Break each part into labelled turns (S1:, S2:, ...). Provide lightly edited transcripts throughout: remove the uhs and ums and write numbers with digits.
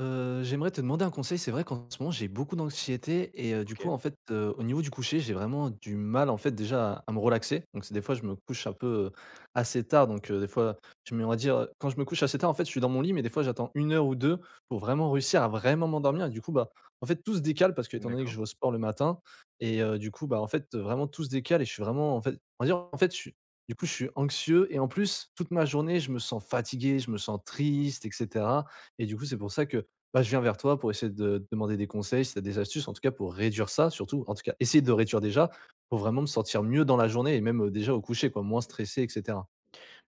S1: J'aimerais te demander un conseil. C'est vrai qu'en ce moment, j'ai beaucoup d'anxiété et du coup,
S2: OK,
S1: en fait, au niveau du coucher, j'ai vraiment du mal, en fait, déjà à me relaxer. Donc c'est des fois, je me couche un peu, assez tard. Donc, des fois, je mets, on va dire, quand je me couche assez tard, en fait, je suis dans mon lit, mais des fois, j'attends une heure ou 2 pour vraiment réussir à vraiment m'endormir et du coup, bah, en fait, tout se décale parce qu'étant donné que je
S2: d'accord.
S1: vais au sport le matin et du coup, bah, en fait, vraiment tout se décale et je suis vraiment, en fait on va dire, en fait, je suis anxieux et en plus, toute ma journée, je me sens fatigué, je me sens triste et cetera et du coup, c'est pour ça que bah, je viens vers toi pour essayer de te demander des conseils, si tu as des astuces, en tout cas pour réduire ça, surtout, en tout cas, essayer de réduire déjà, pour vraiment me sentir mieux dans la journée et même, déjà au coucher quoi, moins stressé et cetera.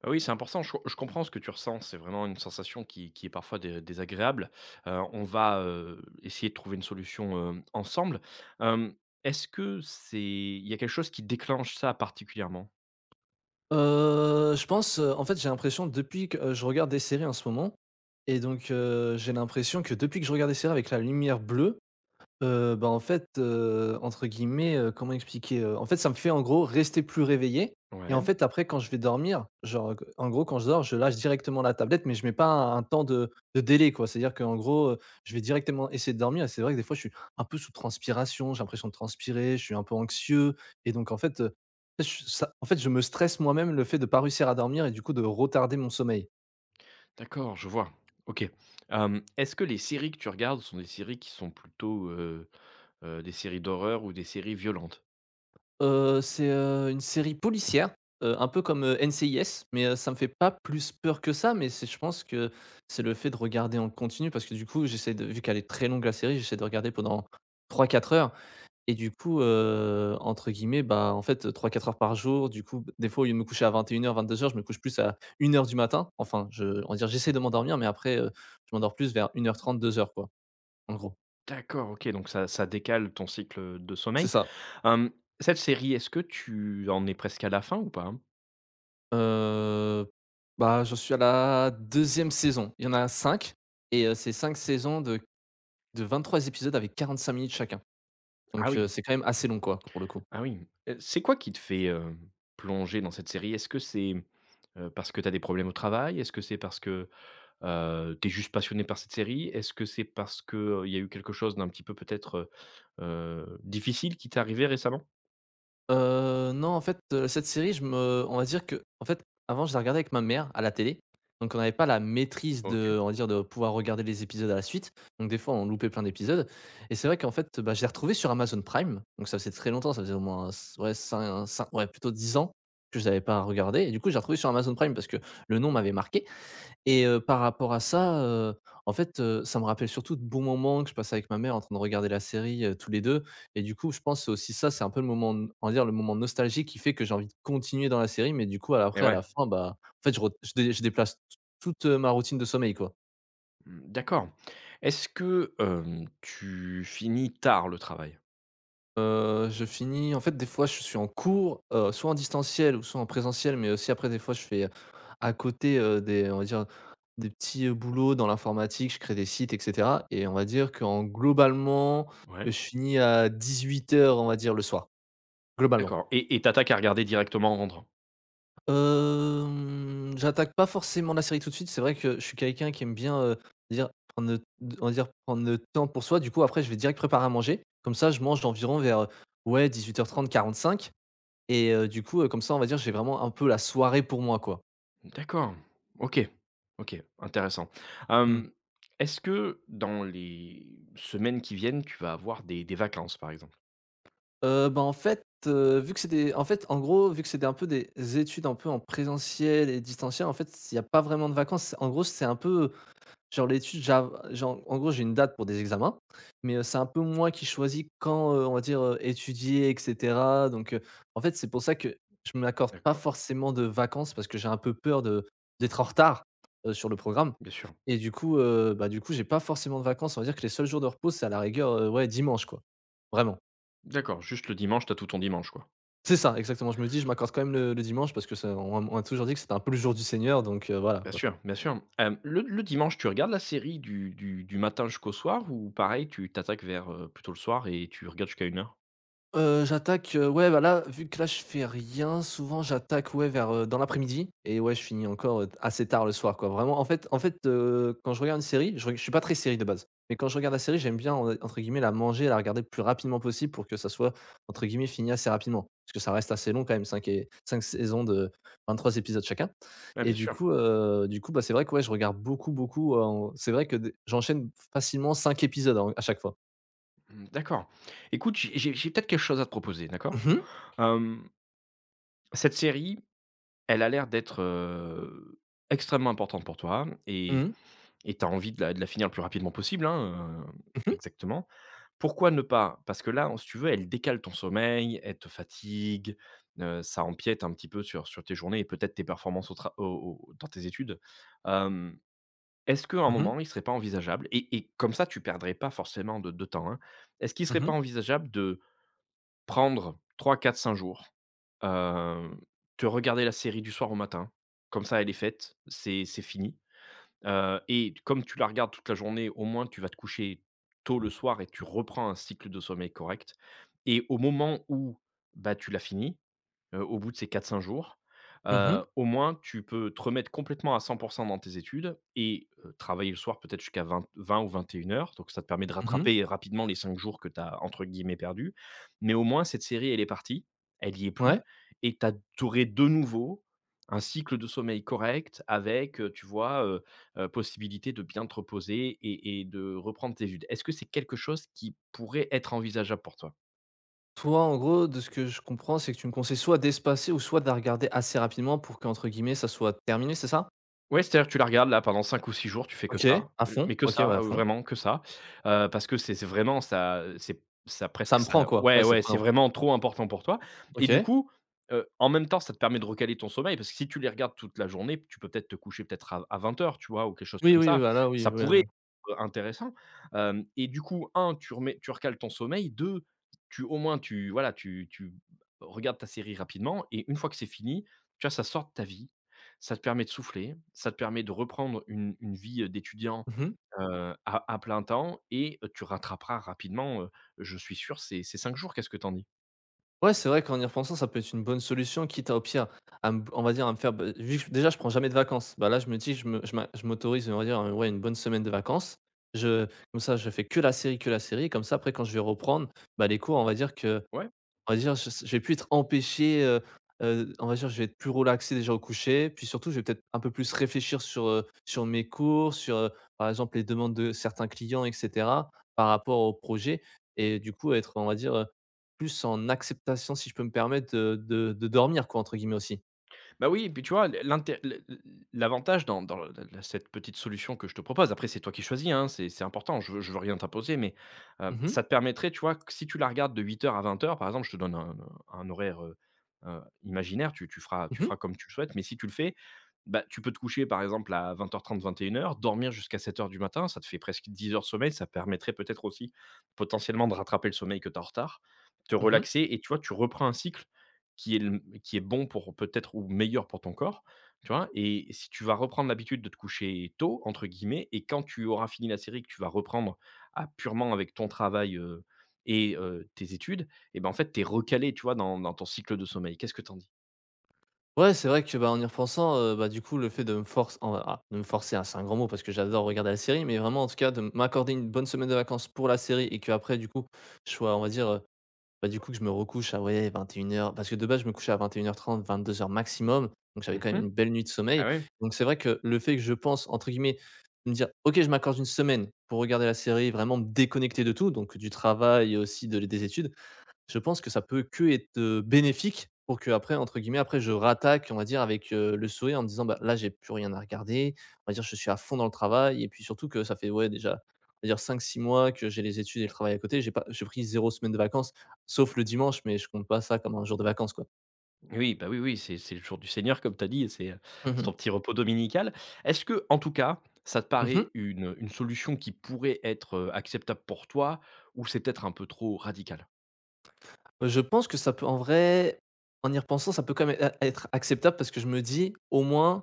S2: Bah, oui, c'est important, je comprends ce que tu ressens, c'est vraiment une sensation qui est parfois dé désagréable. On va, essayer de trouver une solution, ensemble. Hem, Est-ce que c'est il y a quelque chose qui déclenche ça particulièrement?
S1: Je pense, en fait, j'ai l'impression depuis que, je regarde des séries en ce moment et donc j'ai l'impression que depuis que je regarde des séries avec la lumière bleue, bah, en fait, entre guillemets, comment expliquer? En fait, ça me fait, en gros, rester plus réveillé et en
S2: Ouais,
S1: fait, après, quand je vais dormir, genre, q en gros, quand je dors, je lâche directement la tablette, mais je mets pas un temps de délai, quoi. C'est-à-dire qu'en gros, je vais directement essayer de dormir et c'est vrai que, des fois, je suis un peu sous transpiration, j'ai l'impression de transpirer, je suis un peu anxieux et donc en fait, je me stresse moi-même le fait de pas réussir à dormir et du coup de retarder mon sommeil.
S2: d'accord, je vois. OK. Est-ce que les séries que tu regardes sont des séries qui sont plutôt, des séries d'horreur ou des séries violentes?
S1: C'est, une série policière, un peu comme, NCIS, mais, ça me fait pas plus peur que ça, mais c'est je pense que c'est le fait de regarder en continu parce que du coup, j'essaie de vu qu'elle est très longue la série, j'essaie de regarder pendant trois quatre heures et du coup, entre guillemets, bah, en fait, trois quatre heures par jour, du coup, des fois, au lieu de me coucher à deux heures. Vingt-deux heures, je me couche plus à une heure du matin. Enfin, je on va dire, j'essaie de m'endormir, mais après, je m'endors plus vers une heure trente, deux heures quoi, en gros.
S2: D'accord, OK, donc ça décale ton cycle, de
S1: C'est
S2: sommeil.
S1: ça.
S2: Hem, Cette série, est-ce que tu en es presque à la fin ou pas?
S1: Heu, Bah, j'en suis à la deuxième saison. Il y en a 5, et c'est 5 saisons de 23 épisodes avec 45 minutes chacun.
S2: Ah
S1: Donc,
S2: oui.
S1: c'est quand même assez long, quoi, pour le coup.
S2: Ah oui, c'est quoi qui te fait, plonger dans cette série? Est-ce que c'est, parce que tu as des problèmes au travail? Est-ce que c'est parce que, tu es juste passionné par cette série? Est-ce que c'est parce qu'il y a eu quelque chose d'un petit peu peut-être, difficile qui t'est arrivé récemment?
S1: Non, en fait, cette série, je me on va dire que, en fait, avant, je la regardais avec ma mère à la télé, donc on n'avait pas la maîtrise
S2: OK
S1: de on va dire, de pouvoir regarder les épisodes à la suite, donc des fois, on loupait plein d'épisodes et c'est vrai qu'en fait, bah, je l'ai retrouvée sur Amazon Prime, donc ça faisait très longtemps, ça faisait au moins ouais, cin ouais, plutôt 10 ans que je l'avais pas regardé. Et du coup, j'ai retrouvé sur Amazon Prime parce que le nom m'avait marqué et par rapport à ça, en fait, ça me rappelle surtout de bons moments que je passais avec ma mère en train de regarder la série, tous les 2. Et du coup, je pense c'est aussi ça, c'est un peu le moment n on va dire le moment nostalgique qui fait que j'ai envie de continuer dans la série. Mais du coup, à
S2: et
S1: après à
S2: ouais,
S1: la fin, bah, en fait, je re je dé je déplace t toute, ma routine de sommeil, quoi.
S2: mmh, d'accord. Est-ce que, tu finis tard le travail?
S1: Je finis en fait, des fois, je suis en cours, soit en distanciel ou soit en présentiel, mais aussi après, des fois, je fais, à côté, des on va dire, des petits, boulots dans l'informatique. Je crée des sites et cetera et on va dire qu'en globalement, je
S2: Ouais.
S1: finis à dix-huit heures, on va dire, le soir, globalement.
S2: D'accord, et tu à regarder directement en rentrant?
S1: Hem, j'attaque pas forcément la série tout de suite. C'est vrai que je suis quelqu'un qui aime bien, dire prendre le d on va dire, prendre le temps pour soi. Du coup, après, je vais direct préparer à manger. Comme ça, je mange environ vers, ouais, dix-huit heures trente, quarante-cinq. Et du coup, comme ça, on va dire, j'ai vraiment un peu la soirée pour moi, quoi.
S2: D'accord. OK. OK, intéressant.
S1: Mmh.
S2: Hem, Est-ce que dans les semaines qui viennent, tu vas avoir des vacances, par exemple?
S1: Bah, en fait, vu que c'était en fait, en gros, vu que c'était un peu des études un peu en présentiel et distanciel, en fait, il y a pas vraiment de vacances. En gros, c'est un peu Genre l'étude, j'av genre, en gros, j'ai une date pour des examens, mais, c'est un peu moi qui choisis quand, on va dire, étudier et cetera, donc, en fait, c'est pour ça que je ne m'accorde pas
S2: D'accord.
S1: forcément de vacances parce que j'ai un peu peur de d'être en retard, sur le programme
S2: Bien sûr.
S1: et du coup, bah, du coup, j'ai pas forcément de vacances. On va dire que les seuls jours de repos, c'est à la rigueur, ouais, dimanche, quoi. Vraiment.
S2: D'accord, juste le dimanche, t'as tout ton dimanche, quoi?
S1: C'est ça, exactement. Je me dis: «Je m'accorde quand même le dimanche» parce que ça on m'a toujours dit que c'était un peu le jour du Seigneur, donc, voilà.
S2: Bien sûr, bien sûr. Le dimanche, tu regardes la série du matin jusqu'au soir ou pareil, tu t'attaques vers, plutôt le soir et tu regardes jusqu'à une heure.
S1: J'attaque, ouais, bah, là, vu que là, je fais rien, souvent j'attaque, ouais, vers, dans l'après-midi et ouais, je finis encore, assez tard le soir, quoi. Vraiment, en fait, quand je regarde une série, je suis pas très série de base, mais quand je regarde la série, j'aime bien, en entre guillemets, «la manger» et la regarder le plus rapidement possible pour que ça soit, entre guillemets, «fini» assez rapidement. Parce que ça reste assez long quand même, 5 saisons de 23 épisodes chacun
S2: Ah,
S1: et
S2: bien
S1: du
S2: sûr.
S1: coup, bah, c'est vrai que, ouais, je regarde beaucoup, beaucoup, en c'est vrai que des j'enchaîne facilement 5 épisodes en à chaque fois.
S2: Mmh, d'accord. Écoute, j'ai peut-être quelque chose à te proposer, d'accord?
S1: Mmh mh.
S2: Hem, Cette série, elle a l'air d'être, extrêmement importante pour toi. et
S1: Mmh mh.
S2: Et tu as envie de la finir le plus rapidement possible, hein,
S1: Mmh
S2: exactement. Pourquoi ne pas? Parce que là, si tu veux, elle décale ton sommeil, elle te fatigue, ça empiète un petit peu sur tes journées et peut-être tes performances au tra au au dans tes études. Hem, Est-ce qu'à un
S1: Mmh
S2: moment, il serait pas envisageable et comme ça, tu perdrais pas forcément de temps, hein. Est-ce qu'il serait pas
S1: Mmh
S2: envisageable de prendre trois, quatre, cinq jours, heu, te regarder la série du soir au matin? Comme ça, elle est faite, c'est fini. Et comme tu la regardes toute la journée, au moins tu vas te coucher tôt le soir et tu reprends un cycle de sommeil correct, et au moment où, bah, tu l'as fini, au bout de ces quatre cinq jours,
S1: Mmh mh.
S2: au moins tu peux te remettre complètement à 100% dans tes études et travailler le soir peut-être jusqu'à vingt 20 ou 21h. Donc ça te permet de
S1: Mmh mh.
S2: rattraper rapidement les 5 jours que tu as entre guillemets «perdus». Mais au moins cette série elle est partie, elle y est
S1: Ouais.
S2: plus et tu as aurais de nouveau un cycle de sommeil correct avec, tu vois, possibilité de bien te reposer et de reprendre tes études. Est-ce que c'est quelque chose qui pourrait être envisageable pour toi?
S1: Toi, en gros, de ce que je comprends, c'est que tu me conseilles soit d'espacer ou soit de la regarder assez rapidement pour qu'entre guillemets, ça soit terminé, c'est ça?
S2: Ouais, c'est-à-dire que tu la regardes là pendant 5 ou 6 jours, tu fais que
S1: OK,
S2: ça,
S1: à fond.
S2: mais que
S1: OK, ouais,
S2: ça,
S1: à fond.
S2: vraiment que ça, parce que c'est vraiment ça, c'est ça
S1: Ça
S2: presque
S1: me prend
S2: ça,
S1: quoi.
S2: ouais,
S1: Ouais, c'est
S2: ouais, c'est
S1: prenant.
S2: vraiment trop important pour toi et du
S1: OK.
S2: coup, en même temps, ça te permet de recaler ton sommeil parce que si tu les regardes toute la journée, tu peux peut-être te coucher peut-être à 20h, tu vois? Ou quelque chose
S1: Oui,
S2: comme
S1: oui,
S2: ça.
S1: bah, là, oui,
S2: Ça
S1: ouais,
S2: pourrait
S1: là.
S2: être, intéressant, hem et du coup, un, tu recales ton sommeil, deux, tu au moins tu voilà, tu regardes ta série rapidement et une fois que c'est fini, tu vois, ça sort de ta vie. Ça te permet de souffler, ça te permet de reprendre une vie, d'étudiant,
S1: Mmh mh.
S2: à plein temps et tu rattraperas rapidement, je suis sûr, ces 5 jours. Qu'est-ce que t'en dis?
S1: Ouais, c'est vrai qu'en y repensant, ça peut être une bonne solution, quitte à, au pire, à me on va dire, à me faire bah, vu que déjà je prends jamais de vacances, bah, là, je me dis, je m'autorise, on va dire, ouais, une bonne semaine de vacances. Je Comme ça, je fais que la série, comme ça, après, quand je vais reprendre, bah, les cours,
S2: Ouais.
S1: on va dire, je vais plus être empêché, on va dire, je vais être plus relaxé déjà au coucher, puis surtout, je vais peut-être un peu plus réfléchir sur, sur mes cours, sur, par exemple, les demandes de certains clients et cetera, par rapport au projet et du coup, être, on va dire, plus en acceptation, si je peux me permettre, de «dormir» quoi, entre guillemets aussi.
S2: Bah oui, et puis tu vois, l'avantage dans dans le la cette petite solution que je te propose, après c'est toi qui choisis, hein, c'est important, je veux rien t'imposer, mais
S1: Mmh mh.
S2: ça te permettrait, tu vois, que si tu la regardes de 8h à 20h, par exemple, je te donne un horaire, imaginaire, tu
S1: Mmh mh.
S2: feras comme tu le souhaites, mais si tu le fais, bah, tu peux te coucher, par exemple, à 20h30, 21h, dormir jusqu'à 7h du matin, ça te fait presque 10 heures de sommeil, ça permettrait peut-être aussi, potentiellement, de rattraper le sommeil que tu as en retard, te
S1: Mmh mh.
S2: relaxer et tu vois, tu reprends un cycle qui est le qui est bon pour peut-être ou meilleur pour ton corps, tu vois? Et si tu vas reprendre l'habitude de te coucher «tôt» entre guillemets et quand tu auras fini la série, que tu vas reprendre à purement avec ton travail, et tes études, et ben, en fait, tu es recalé, tu vois, dans ton cycle de sommeil. Qu'est-ce que t'en dis?
S1: Ouais, c'est vrai que, bah, en y repensant, bah, du coup, le fait de me forcer, ah, de me forcer, hein, c'est un grand mot parce que j'adore regarder la série, mais vraiment, en tout cas, de m'accorder une bonne semaine de vacances pour la série et que après du coup, je sois, on va dire, bah, du coup, que je me recouche à, ouais, vingt et une heures, parce que de base, je me couchais à 21h30 heures trente, vingt-deux heures maximum, donc j'avais quand même
S2: Mmh.
S1: une belle nuit de
S2: Ah
S1: sommeil,
S2: oui.
S1: donc c'est vrai que le fait que je pense, entre guillemets, me dire: «OK, je m'accorde une semaine pour regarder la série, vraiment me déconnecter de tout», donc du travail et aussi de des études, je pense que ça peut que être, bénéfique pour que après entre guillemets, après je «rattaque» on va dire avec, le sourire en me disant: «Bah, là j'ai plus rien à regarder». On va dire je suis à fond dans le travail et puis surtout que ça fait, ouais, déjà, on va dire 5-6 mois que j'ai les études et le travail à côté. J'ai pas j'ai pris zéro semaine de vacances, sauf le dimanche, mais je compte pas ça comme un jour de vacances, quoi.
S2: Oui, bah, oui, oui, c'est le jour du Seigneur comme tu as dit et c'est
S1: Mmh
S2: ton petit repos dominical. Est-ce que en tout cas, ça te
S1: Mmh
S2: paraît une solution qui pourrait être, acceptable pour toi ou c'est peut-être un peu trop radical?
S1: je pense que ça peut en vrai, en y repensant, ça peut quand même ê être acceptable parce que je me dis: «Au moins,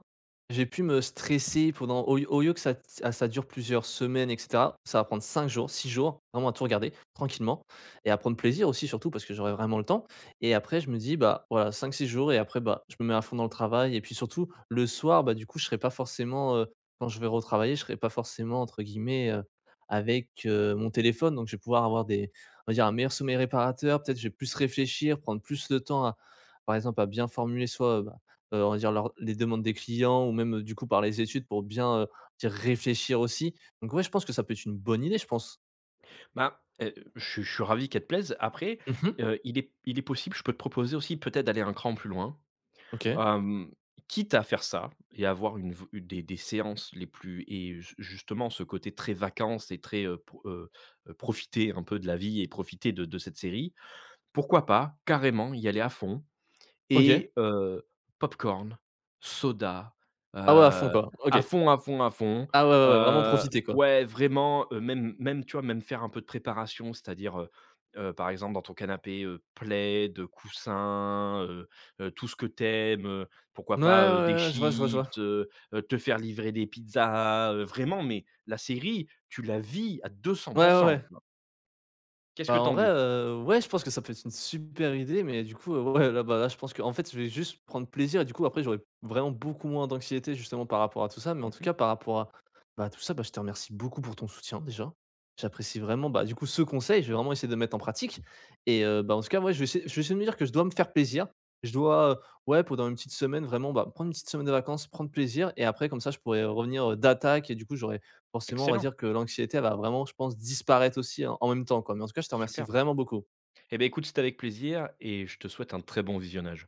S1: j'ai pu me stresser pendant» au lieu que ça ah, ça dure plusieurs semaines et cetera, ça va prendre 5 jours, 6 jours, vraiment à tout regarder tranquillement et à prendre plaisir aussi surtout parce que j'aurai vraiment le temps et après je me dis: «Bah, voilà cinq, six jours» et après, bah, je me mets à fond dans le travail et puis surtout le soir, bah, du coup, je serai pas forcément, quand je vais retravailler, je serai pas forcément entre guillemets, avec, mon téléphone donc je vais pouvoir avoir des on va dire, un meilleur sommeil réparateur. Peut-être, je vais plus réfléchir, prendre plus le temps à par exemple, à bien formuler soit, bah, on va dire leur les demandes des clients ou même, du coup par les études pour bien, dire réfléchir aussi. Donc ouais, je pense que ça peut être une bonne idée, je pense.
S2: Bah, je suis ravi qu'elle te plaise. Après,
S1: Mmh
S2: il est possible, je peux te proposer aussi peut-être d'aller un cran plus loin.
S1: OK.
S2: Hem, Quitte à faire ça et avoir une v une des séances les plus et ju justement ce côté très vacances et très, profiter un peu de la vie et profiter de cette série. Pourquoi pas carrément y aller à fond?
S1: OK.
S2: Et pop soda,
S1: Ah ouais, à fond
S2: heu,
S1: quoi. OK.
S2: à fond, à fond, à fond.
S1: Ah ouais, ouais, ouais, vraiment profiter quoi.
S2: Ouais, vraiment, même, tu vois, même faire un peu de préparation, c'est-à-dire, par exemple, dans ton canapé, plaid, coussin, tout ce que t'aimes. Pourquoi
S1: Ouais, ouais,
S2: pas, des
S1: ouais, ouais, je vois, je vois, je vois.
S2: chips, te faire livrer des pizzas, vraiment, mais la série, tu la vis à 200, tu
S1: Ouais, ouais, ouais.
S2: vois? Qu'est-ce que
S1: Bah, en
S2: t'en
S1: vrai,
S2: dis?
S1: ouais, je pense que ça peut être une super idée, mais du coup, ouais, là, bah, là, je pense que en fait, je vais juste prendre plaisir et du coup, après, j'aurai vraiment beaucoup moins d'anxiété justement par rapport à tout ça. Mais en tout
S2: Mmh.
S1: cas, par rapport à, bah, tout ça, bah, je te remercie beaucoup pour ton soutien déjà. J'apprécie vraiment, bah, du coup, ce conseil, je vais vraiment essayer de le mettre en pratique et bah, en tout cas, ouais, je vais essayer de me dire que je dois me faire plaisir. Je dois, ouais, pendant une petite semaine, vraiment, bah, prendre une petite semaine de vacances, prendre plaisir et après comme ça, je pourrais revenir, d'attaque et du coup, j'aurais forcément, on va
S2: Excellent,
S1: dire que l'anxiété, elle va vraiment, je pense, disparaître aussi en même temps, quoi. Mais en tout cas, je te remercie
S2: superbe.
S1: vraiment beaucoup.
S2: Eh bien, écoute, c'était avec plaisir et je te souhaite un très bon visionnage.